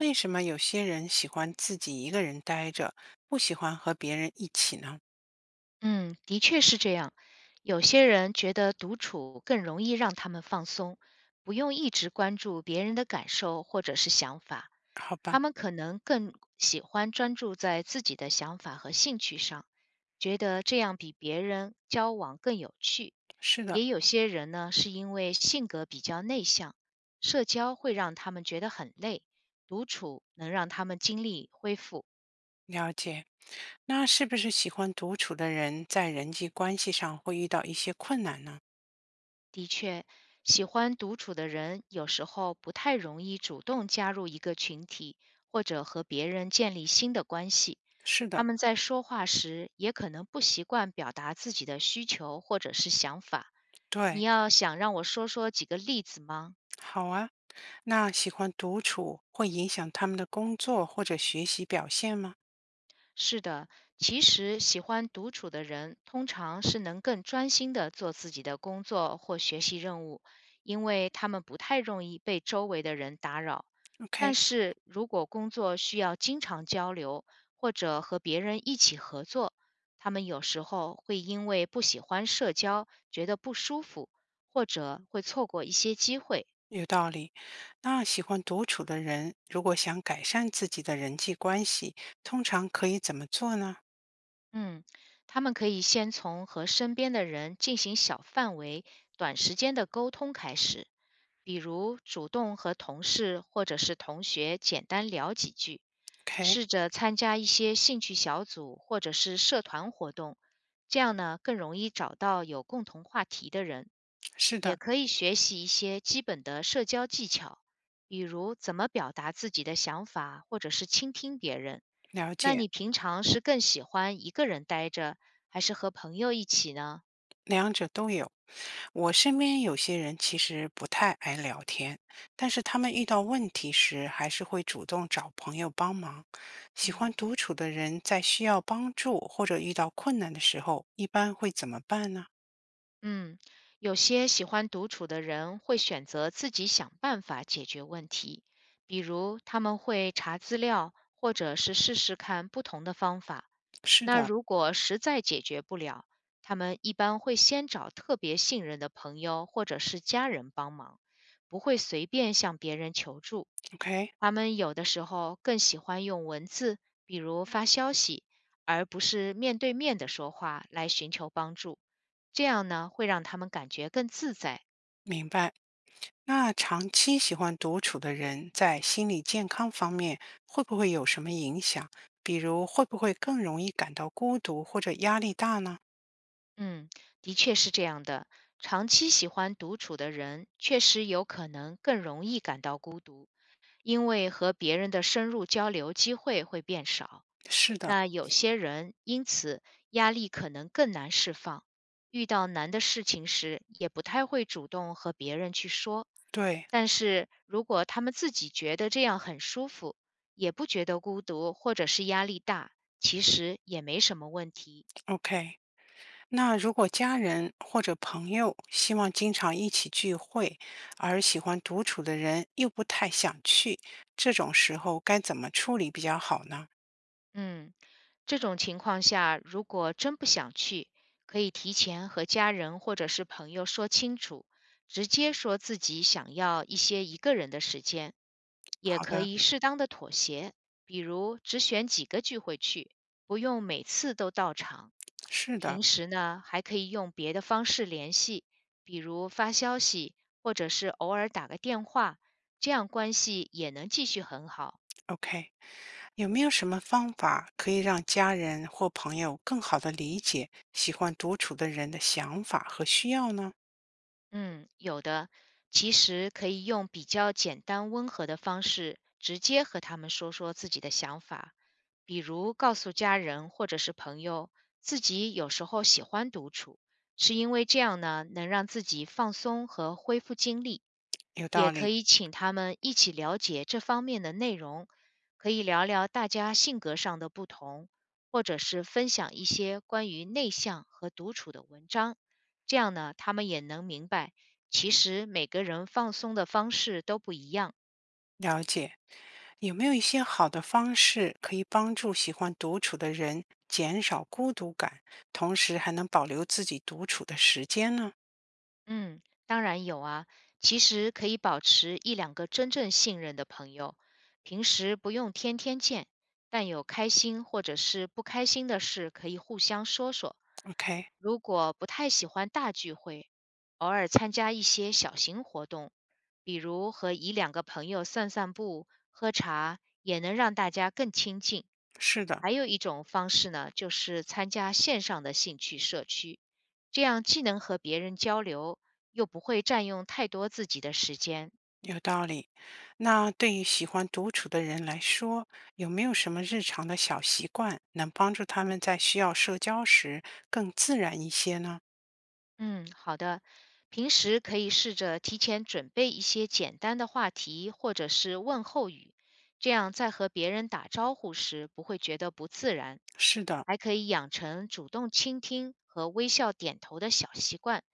为什么有些人喜欢自己一个人待着，不喜欢和别人一起呢？嗯，的确是这样。有些人觉得独处更容易让他们放松，不用一直关注别人的感受或者是想法，好吧，他们可能更喜欢专注在自己的想法和兴趣上，觉得这样比别人交往更有趣。是的，也有些人呢，是因为性格比较内向，社交会让他们觉得很累，独处能让他们精力恢复。了解。那是不是喜欢独处的人在人际关系上会遇到一些困难呢？的确，喜欢独处的人有时候不太容易主动加入一个群体，或者和别人建立新的关系。是他的，们在说话时也可能不习惯表达自己的需求或者是想法。你对，要想让我说说几个例子吗？好啊。那喜欢独处会影响他们的工作或者学习表现吗是的，其实喜欢独处的人，通常是能更专心的做自己的工作或学习任务，因为他们不太容易被周围的人打扰。？OK，但是如果工作需要经常交流，或者和别人一起合作，他们有时候会因为不喜欢社交，觉得不舒服，或者会错过一些机会。有道理。那喜欢独处的人如果想改善自己的人际关系，通常可以怎么做呢嗯，他们可以先从和身边的人进行小范围、短时间的沟通开始，比如主动和同事或者是同学简单聊几句，？OK，试着参加一些兴趣小组或者是社团活动，这样呢更容易找到有共同话题的人。是也的，可以学习一些基本的社交技巧，比如怎么表达自己的想法，或者是倾听别人。了那解。你平常是更喜欢一个人待着，还是和朋友一起呢？两者都有。我身边有些人其实不太爱聊天，但是他们遇到问题时还是会主动找朋友帮忙。喜欢嗯独处的人在需要帮助或者遇到困难的时候，一般会怎么办呢？嗯，有些喜欢独处的人会选择自己想办法解决问题，比如他们会查资料，或者是试试看不同的方法。是那的如果实在解决不了，他们一般会先找特别信任的朋友或者是家人帮忙，不会随便向别人求助。，OK，他们有的时候更喜欢用文字，比如发消息，而不是面对面的说话来寻求帮助。这样呢，会让他们感觉更自在。明白。那长期喜欢独处的人在心理健康方面会不会有什么影响？比如会不会更容易感到孤独或者压力大呢？嗯，的确是这样的。长期喜欢独处的人，确实有可能更容易感到孤独，因为和别人的深入交流机会会变少。是的，那有些人因此压力可能更难释放，遇到难的事情时也不太会主动和别人去说。对但是如果他们自己觉得这样很舒服，也不觉得孤独或者是压力大，其实也没什么问题。，OK。那如果家人或者朋友希望经常一起聚会，而喜欢独处的人又不太想去，这种时候该怎么处理比较好呢？嗯，这种情况下，如果真不想去，可以提前和家人或者是朋友说清楚，直接说自己想要一些一个人的时间，也好可的，以适当的妥协，比如只选几个聚会去，不用每次都到场。是的平时呢，还可以用别的方式联系，比如发消息，或者是偶尔打个电话，这样关系也能继续很好。，OK。有没有什么方法可以让家人或朋友更好的理解喜欢独处的人的想法和需要呢？嗯，有的，其实可以用比较简单温和的方式，直接和他们说说自己的想法，比如告诉家人或者是朋友，自己有时候喜欢独处，是因为这样呢，能让自己放松和恢复精力。有道也可理。以请他们一起了解这方面的内容，可以聊聊大家性格上的不同，或者是分享一些关于内向和独处的文章。这样呢，他们也能明白，其实每个人放松的方式都不一样。了解，有没有一些好的方式可以帮助喜欢独处的人减少孤独感，同时还能保留自己独处的时间呢嗯，当然有啊。其实可以保持一两个真正信任的朋友，平时不用天天见，但有开心或者是不开心的事可以互相说说。？OK，如果不太喜欢大聚会，偶尔参加一些小型活动，比如和一两个朋友散散步、喝茶，也能让大家更亲近。是的，还有一种方式呢，就是参加线上的兴趣社区，这样既能和别人交流，又不会占用太多自己的时间。有道理。那对于喜欢独处的人来说，有没有什么日常的小习惯能帮助他们在需要社交时更自然一些呢？嗯，好的。平时可以试着提前准备一些简单的话题或者是问候语，这样在和别人打招呼时不会觉得不自然。是的，还可以养成主动倾听和微笑点头的小习惯，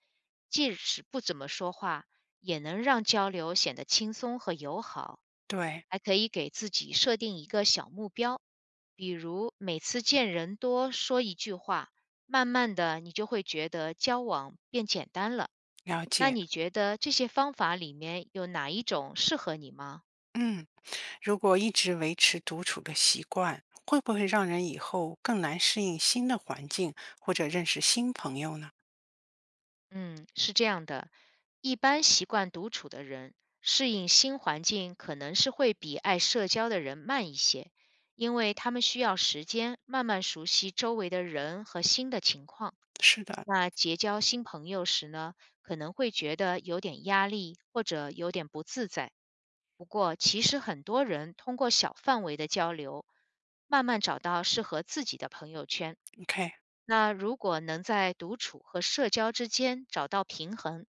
即使不怎么说话，也能让交流显得轻松和友好。对，还可以给自己设定一个小目标，比如每次见人多说一句话，慢慢的，你就会觉得交往变简单了。了那解。你觉得这些方法里面有哪一种适合你吗？嗯。如果一直维持独处的习惯，会不会让人以后更难适应新的环境或者认识新朋友呢？嗯，是这样的，一般习惯独处的人，适应新环境可能是会比爱社交的人慢一些，因为他们需要时间慢慢熟悉周围的人和新的情况。是的那结交新朋友时呢，可能会觉得有点压力或者有点不自在。不过，其实很多人通过小范围的交流，慢慢找到适合自己的朋友圈。，OK，那如果能在独处和社交之间找到平衡，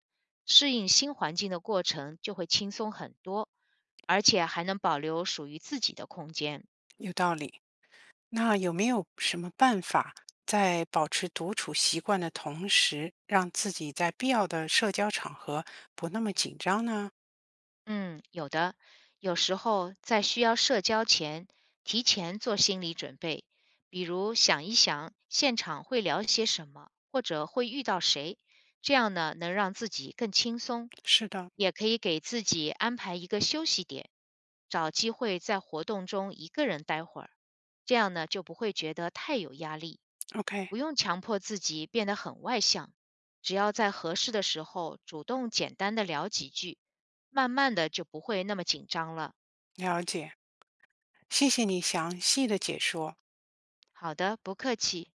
适应新环境的过程就会轻松很多，而且还能保留属于自己的空间。有道理。那有没有什么办法，在保持独处习惯的同时，让自己在必要的社交场合不那么紧张呢？嗯，有的，有时候在需要社交前，提前做心理准备，比如想一想现场会聊些什么，或者会遇到谁，这样呢能让自己更轻松，是的也可以给自己安排一个休息点，找机会在活动中一个人待会儿，这样呢就不会觉得太有压力，，OK，不用强迫自己变得很外向，只要在合适的时候主动简单的聊几句。慢慢的就不会那么紧张了。了解。谢谢你详细的解说。好的，不客气。